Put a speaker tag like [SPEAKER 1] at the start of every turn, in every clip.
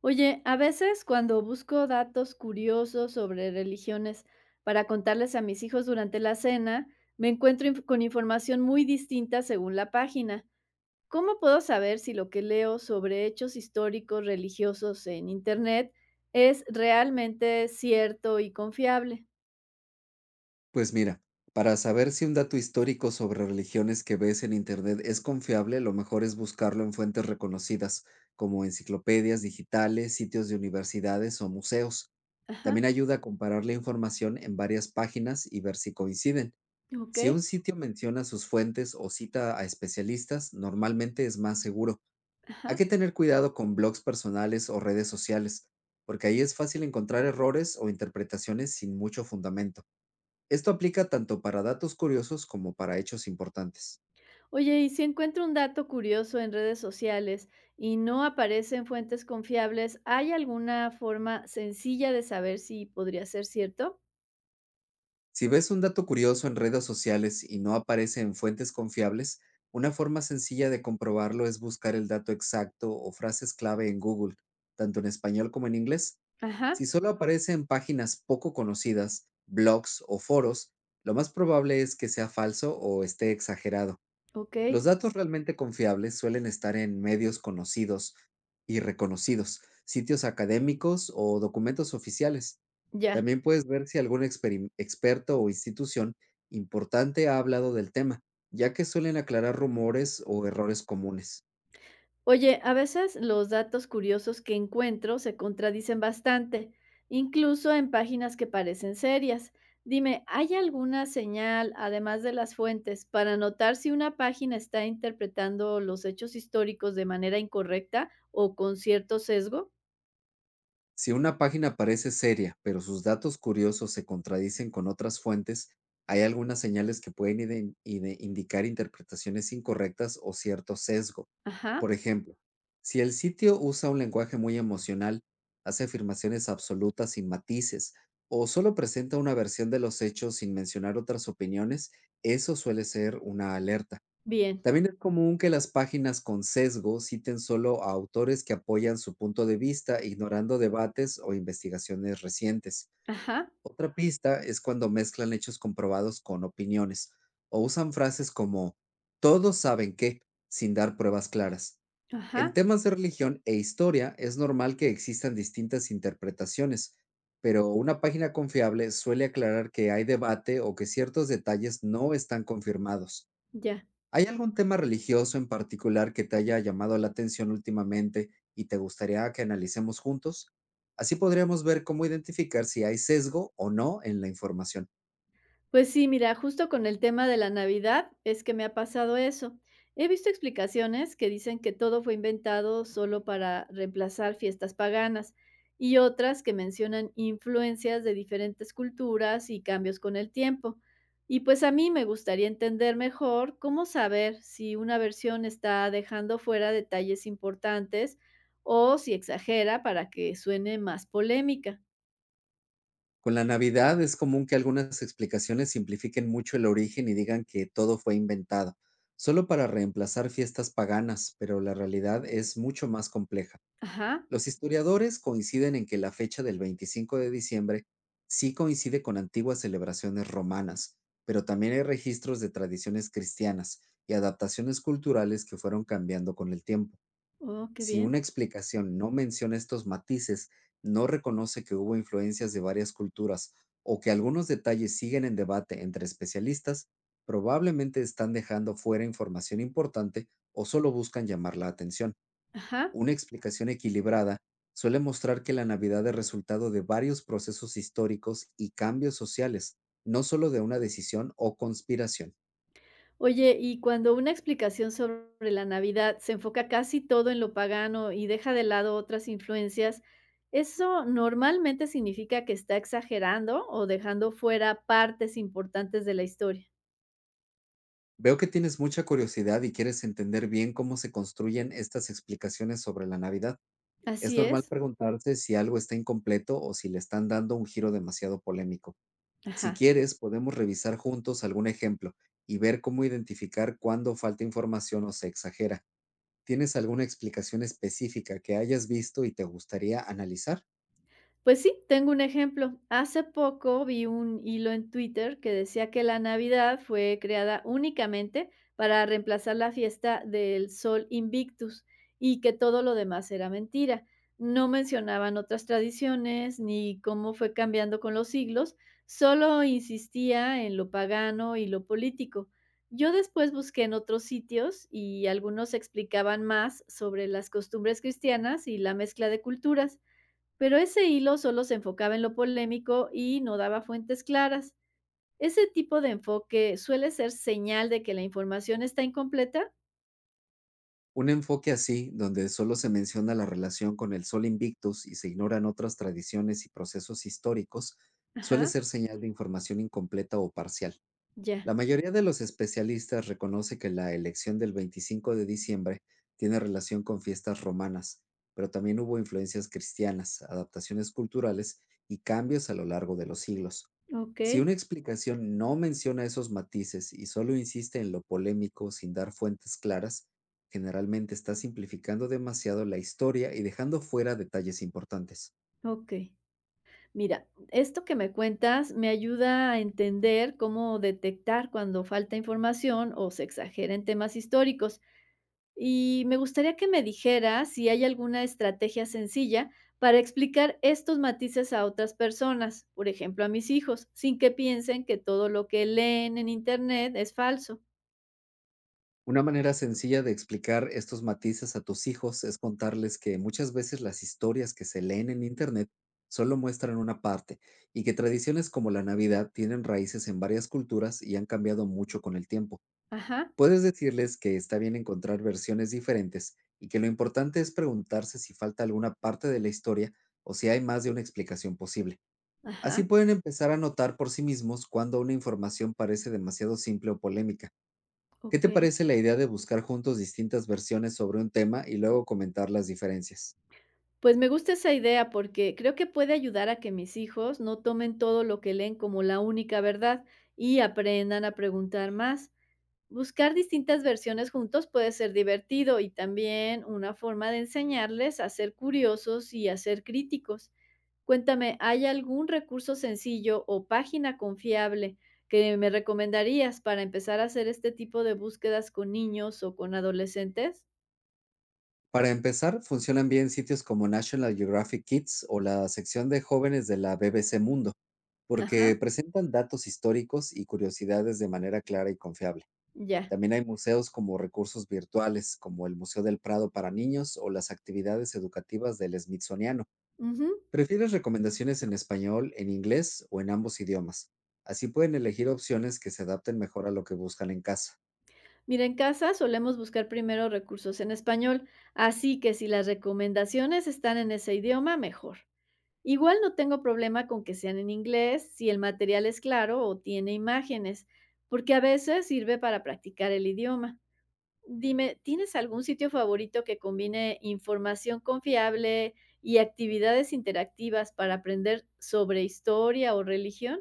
[SPEAKER 1] Oye, a veces cuando busco datos curiosos sobre religiones para contarles a mis hijos durante la cena, con información muy distinta según la página. ¿Cómo puedo saber si lo que leo sobre hechos históricos religiosos en Internet es realmente cierto y confiable?
[SPEAKER 2] Pues mira, para saber si un dato histórico sobre religiones que ves en Internet es confiable, lo mejor es buscarlo en fuentes reconocidas, como enciclopedias digitales, sitios de universidades o museos.
[SPEAKER 1] Ajá.
[SPEAKER 2] También ayuda a comparar la información en varias páginas y ver si coinciden.
[SPEAKER 1] Ok.
[SPEAKER 2] Si un sitio menciona sus fuentes o cita a especialistas, normalmente es más seguro. Hay
[SPEAKER 1] Ajá.
[SPEAKER 2] que tener cuidado con blogs personales o redes sociales, porque ahí es fácil encontrar errores o interpretaciones sin mucho fundamento. Esto aplica tanto para datos curiosos como para hechos importantes.
[SPEAKER 1] Oye, y si encuentro un dato curioso en redes sociales y no aparece en fuentes confiables, ¿hay alguna forma sencilla de saber si podría ser cierto?
[SPEAKER 2] Si ves un dato curioso en redes sociales y no aparece en fuentes confiables, una forma sencilla de comprobarlo es buscar el dato exacto o frases clave en Google, tanto en español como en inglés.
[SPEAKER 1] Ajá.
[SPEAKER 2] Si solo aparece en páginas poco conocidas, blogs o foros, lo más probable es que sea falso o esté exagerado.
[SPEAKER 1] Ok.
[SPEAKER 2] Los datos realmente confiables suelen estar en medios conocidos y reconocidos, sitios académicos o documentos oficiales.
[SPEAKER 1] Ya.
[SPEAKER 2] También puedes ver si algún experto o institución importante ha hablado del tema, ya que suelen aclarar rumores o errores comunes.
[SPEAKER 1] Oye, a veces los datos curiosos que encuentro se contradicen bastante, incluso en páginas que parecen serias. Dime, ¿hay alguna señal, además de las fuentes, para notar si una página está interpretando los hechos históricos de manera incorrecta o con cierto sesgo?
[SPEAKER 2] Si una página parece seria, pero sus datos curiosos se contradicen con otras fuentes, hay algunas señales que pueden indicar interpretaciones incorrectas o cierto sesgo.
[SPEAKER 1] Ajá.
[SPEAKER 2] Por ejemplo, si el sitio usa un lenguaje muy emocional, hace afirmaciones absolutas sin matices, o solo presenta una versión de los hechos sin mencionar otras opiniones, eso suele ser una alerta.
[SPEAKER 1] Bien.
[SPEAKER 2] También es común que las páginas con sesgo citen solo a autores que apoyan su punto de vista, ignorando debates o investigaciones recientes.
[SPEAKER 1] Ajá.
[SPEAKER 2] Otra pista es cuando mezclan hechos comprobados con opiniones o usan frases como todos saben que, sin dar pruebas claras. En
[SPEAKER 1] Ajá.
[SPEAKER 2] temas de religión e historia es normal que existan distintas interpretaciones, pero una página confiable suele aclarar que hay debate o que ciertos detalles no están confirmados.
[SPEAKER 1] Ya.
[SPEAKER 2] ¿Hay algún tema religioso en particular que te haya llamado la atención últimamente y te gustaría que analicemos juntos? Así podríamos ver cómo identificar si hay sesgo o no en la información.
[SPEAKER 1] Pues sí, mira, justo con el tema de la Navidad es que me ha pasado eso. He visto explicaciones que dicen que todo fue inventado solo para reemplazar fiestas paganas y otras que mencionan influencias de diferentes culturas y cambios con el tiempo. Y pues a mí me gustaría entender mejor cómo saber si una versión está dejando fuera detalles importantes o si exagera para que suene más polémica.
[SPEAKER 2] Con la Navidad es común que algunas explicaciones simplifiquen mucho el origen y digan que todo fue inventado, solo para reemplazar fiestas paganas, pero la realidad es mucho más compleja.
[SPEAKER 1] Ajá.
[SPEAKER 2] Los historiadores coinciden en que la fecha del 25 de diciembre sí coincide con antiguas celebraciones romanas, pero también hay registros de tradiciones cristianas y adaptaciones culturales que fueron cambiando con el tiempo.
[SPEAKER 1] Oh, qué
[SPEAKER 2] Si una
[SPEAKER 1] bien.
[SPEAKER 2] explicación no menciona estos matices, no reconoce que hubo influencias de varias culturas o que algunos detalles siguen en debate entre especialistas, probablemente están dejando fuera información importante o solo buscan llamar la atención.
[SPEAKER 1] Ajá.
[SPEAKER 2] Una explicación equilibrada suele mostrar que la Navidad es resultado de varios procesos históricos y cambios sociales, no solo de una decisión o conspiración.
[SPEAKER 1] Oye, y cuando una explicación sobre la Navidad se enfoca casi todo en lo pagano y deja de lado otras influencias, ¿eso normalmente significa que está exagerando o dejando fuera partes importantes de la historia?
[SPEAKER 2] Veo que tienes mucha curiosidad y quieres entender bien cómo se construyen estas explicaciones sobre la Navidad. Es
[SPEAKER 1] Así
[SPEAKER 2] normal
[SPEAKER 1] es.
[SPEAKER 2] preguntarse si algo está incompleto o si le están dando un giro demasiado polémico. Si
[SPEAKER 1] Ajá.
[SPEAKER 2] quieres, podemos revisar juntos algún ejemplo y ver cómo identificar cuándo falta información o se exagera. ¿Tienes alguna explicación específica que hayas visto y te gustaría analizar?
[SPEAKER 1] Pues sí, tengo un ejemplo. Hace poco vi un hilo en Twitter que decía que la Navidad fue creada únicamente para reemplazar la fiesta del Sol Invictus y que todo lo demás era mentira. No mencionaban otras tradiciones ni cómo fue cambiando con los siglos, solo insistía en lo pagano y lo político. Yo después busqué en otros sitios y algunos explicaban más sobre las costumbres cristianas y la mezcla de culturas, pero ese hilo solo se enfocaba en lo polémico y no daba fuentes claras. Ese tipo de enfoque suele ser señal de que la información está incompleta.
[SPEAKER 2] Un enfoque así, donde solo se menciona la relación con el Sol Invictus y se ignoran otras tradiciones y procesos históricos, suele
[SPEAKER 1] Ajá.
[SPEAKER 2] ser señal de información incompleta o parcial. La
[SPEAKER 1] Ya.
[SPEAKER 2] mayoría de los especialistas reconoce que la elección del 25 de diciembre tiene relación con fiestas romanas, pero también hubo influencias cristianas, adaptaciones culturales y cambios a lo largo de los siglos.
[SPEAKER 1] Ok.
[SPEAKER 2] Si una explicación no menciona esos matices y solo insiste en lo polémico sin dar fuentes claras, generalmente está simplificando demasiado la historia y dejando fuera detalles importantes.
[SPEAKER 1] Ok. Mira, esto que me cuentas me ayuda a entender cómo detectar cuando falta información o se exagera en temas históricos. Y me gustaría que me dijeras si hay alguna estrategia sencilla para explicar estos matices a otras personas, por ejemplo, a mis hijos, sin que piensen que todo lo que leen en internet es falso.
[SPEAKER 2] Una manera sencilla de explicar estos matices a tus hijos es contarles que muchas veces las historias que se leen en Internet solo muestran una parte y que tradiciones como la Navidad tienen raíces en varias culturas y han cambiado mucho con el tiempo.
[SPEAKER 1] Ajá.
[SPEAKER 2] Puedes decirles que está bien encontrar versiones diferentes y que lo importante es preguntarse si falta alguna parte de la historia o si hay más de una explicación posible. Así
[SPEAKER 1] Ajá.
[SPEAKER 2] pueden empezar a notar por sí mismos cuando una información parece demasiado simple o polémica. ¿Qué te
[SPEAKER 1] Ok.
[SPEAKER 2] parece la idea de buscar juntos distintas versiones sobre un tema y luego comentar las diferencias?
[SPEAKER 1] Pues me gusta esa idea porque creo que puede ayudar a que mis hijos no tomen todo lo que leen como la única verdad y aprendan a preguntar más. Buscar distintas versiones juntos puede ser divertido y también una forma de enseñarles a ser curiosos y a ser críticos. Cuéntame, ¿hay algún recurso sencillo o página confiable que me recomendarías para empezar a hacer este tipo de búsquedas con niños o con adolescentes?
[SPEAKER 2] Para empezar, funcionan bien sitios como National Geographic Kids o la sección de jóvenes de la BBC Mundo,
[SPEAKER 1] Ajá.
[SPEAKER 2] porque presentan datos históricos y curiosidades de manera clara y confiable.
[SPEAKER 1] Ya.
[SPEAKER 2] También hay museos como recursos virtuales, como el Museo del Prado para niños o las actividades educativas del Smithsoniano.
[SPEAKER 1] Ujú.
[SPEAKER 2] ¿Prefieres recomendaciones en español, en inglés o en ambos idiomas? Así pueden elegir opciones que se adapten mejor a lo que buscan en casa.
[SPEAKER 1] Mira, en casa solemos buscar primero recursos en español, así que si las recomendaciones están en ese idioma, mejor. Igual no tengo problema con que sean en inglés si el material es claro o tiene imágenes, porque a veces sirve para practicar el idioma. Dime, ¿tienes algún sitio favorito que combine información confiable y actividades interactivas para aprender sobre historia o religión?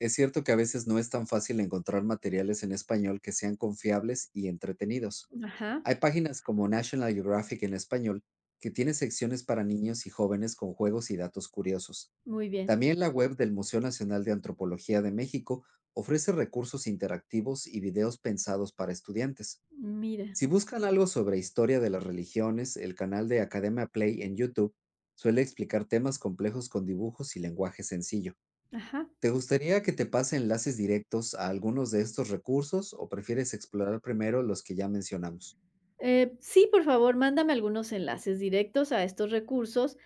[SPEAKER 2] Es cierto que a veces no es tan fácil encontrar materiales en español que sean confiables y entretenidos.
[SPEAKER 1] Ajá.
[SPEAKER 2] Hay páginas como National Geographic en español que tiene secciones para niños y jóvenes con juegos y datos curiosos.
[SPEAKER 1] Muy bien.
[SPEAKER 2] También la web del Museo Nacional de Antropología de México ofrece recursos interactivos y videos pensados para estudiantes.
[SPEAKER 1] Mira.
[SPEAKER 2] Si buscan algo sobre historia de las religiones, el canal de Academia Play en YouTube suele explicar temas complejos con dibujos y lenguaje sencillo.
[SPEAKER 1] Ajá.
[SPEAKER 2] ¿Te gustaría que te pase enlaces directos a algunos de estos recursos o prefieres explorar primero los que ya mencionamos?
[SPEAKER 1] Sí, por favor, mándame algunos enlaces directos a estos recursos,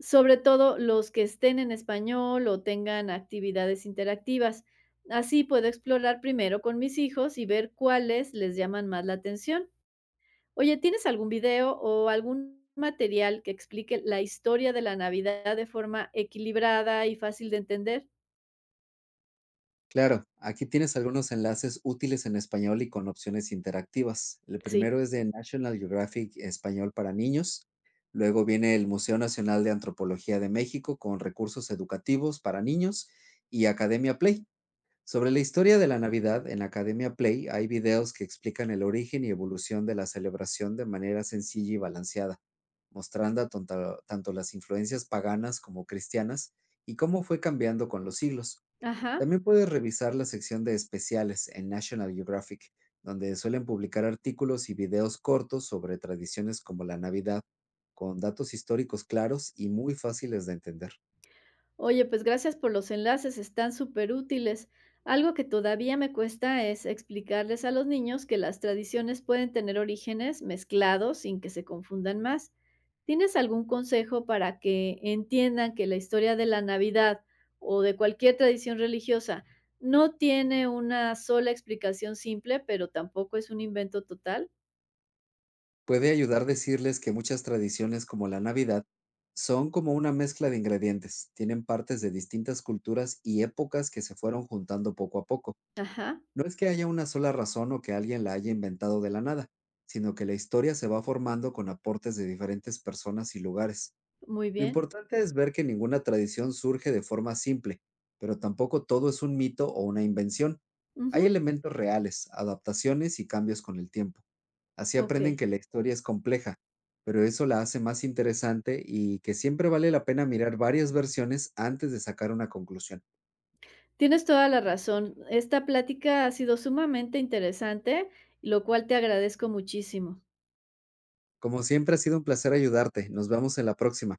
[SPEAKER 1] sobre todo los que estén en español o tengan actividades interactivas. Así puedo explorar primero con mis hijos y ver cuáles les llaman más la atención. Oye, ¿tienes algún video o algún material que explique la historia de la Navidad de forma equilibrada y fácil de entender?
[SPEAKER 2] Claro, aquí tienes algunos enlaces útiles en español y con opciones interactivas. El
[SPEAKER 1] Sí.
[SPEAKER 2] primero es de National Geographic Español para niños. Luego viene el Museo Nacional de Antropología de México con recursos educativos para niños y Academia Play. Sobre la historia de la Navidad, en Academia Play hay videos que explican el origen y evolución de la celebración de manera sencilla y balanceada, mostrando tanto las influencias paganas como cristianas y cómo fue cambiando con los siglos.
[SPEAKER 1] Ajá.
[SPEAKER 2] También puedes revisar la sección de especiales en National Geographic, donde suelen publicar artículos y videos cortos sobre tradiciones como la Navidad, con datos históricos claros y muy fáciles de entender.
[SPEAKER 1] Oye, pues gracias por los enlaces, están súper útiles. Algo que todavía me cuesta es explicarles a los niños que las tradiciones pueden tener orígenes mezclados sin que se confundan más. ¿Tienes algún consejo para que entiendan que la historia de la Navidad o de cualquier tradición religiosa no tiene una sola explicación simple, pero tampoco es un invento total?
[SPEAKER 2] Puede ayudar decirles que muchas tradiciones como la Navidad son como una mezcla de ingredientes, tienen partes de distintas culturas y épocas que se fueron juntando poco a poco.
[SPEAKER 1] Ajá.
[SPEAKER 2] No es que haya una sola razón o que alguien la haya inventado de la nada, sino que la historia se va formando con aportes de diferentes personas y lugares.
[SPEAKER 1] Muy
[SPEAKER 2] Lo
[SPEAKER 1] bien.
[SPEAKER 2] importante es ver que ninguna tradición surge de forma simple, pero tampoco todo es un mito o una invención. Hay
[SPEAKER 1] Ujú.
[SPEAKER 2] elementos reales, adaptaciones y cambios con el tiempo. Así
[SPEAKER 1] Ok.
[SPEAKER 2] aprenden que la historia es compleja, pero eso la hace más interesante y que siempre vale la pena mirar varias versiones antes de sacar una conclusión.
[SPEAKER 1] Tienes toda la razón. Esta plática ha sido sumamente interesante, lo cual te agradezco muchísimo.
[SPEAKER 2] Como siempre ha sido un placer ayudarte. Nos vemos en la próxima.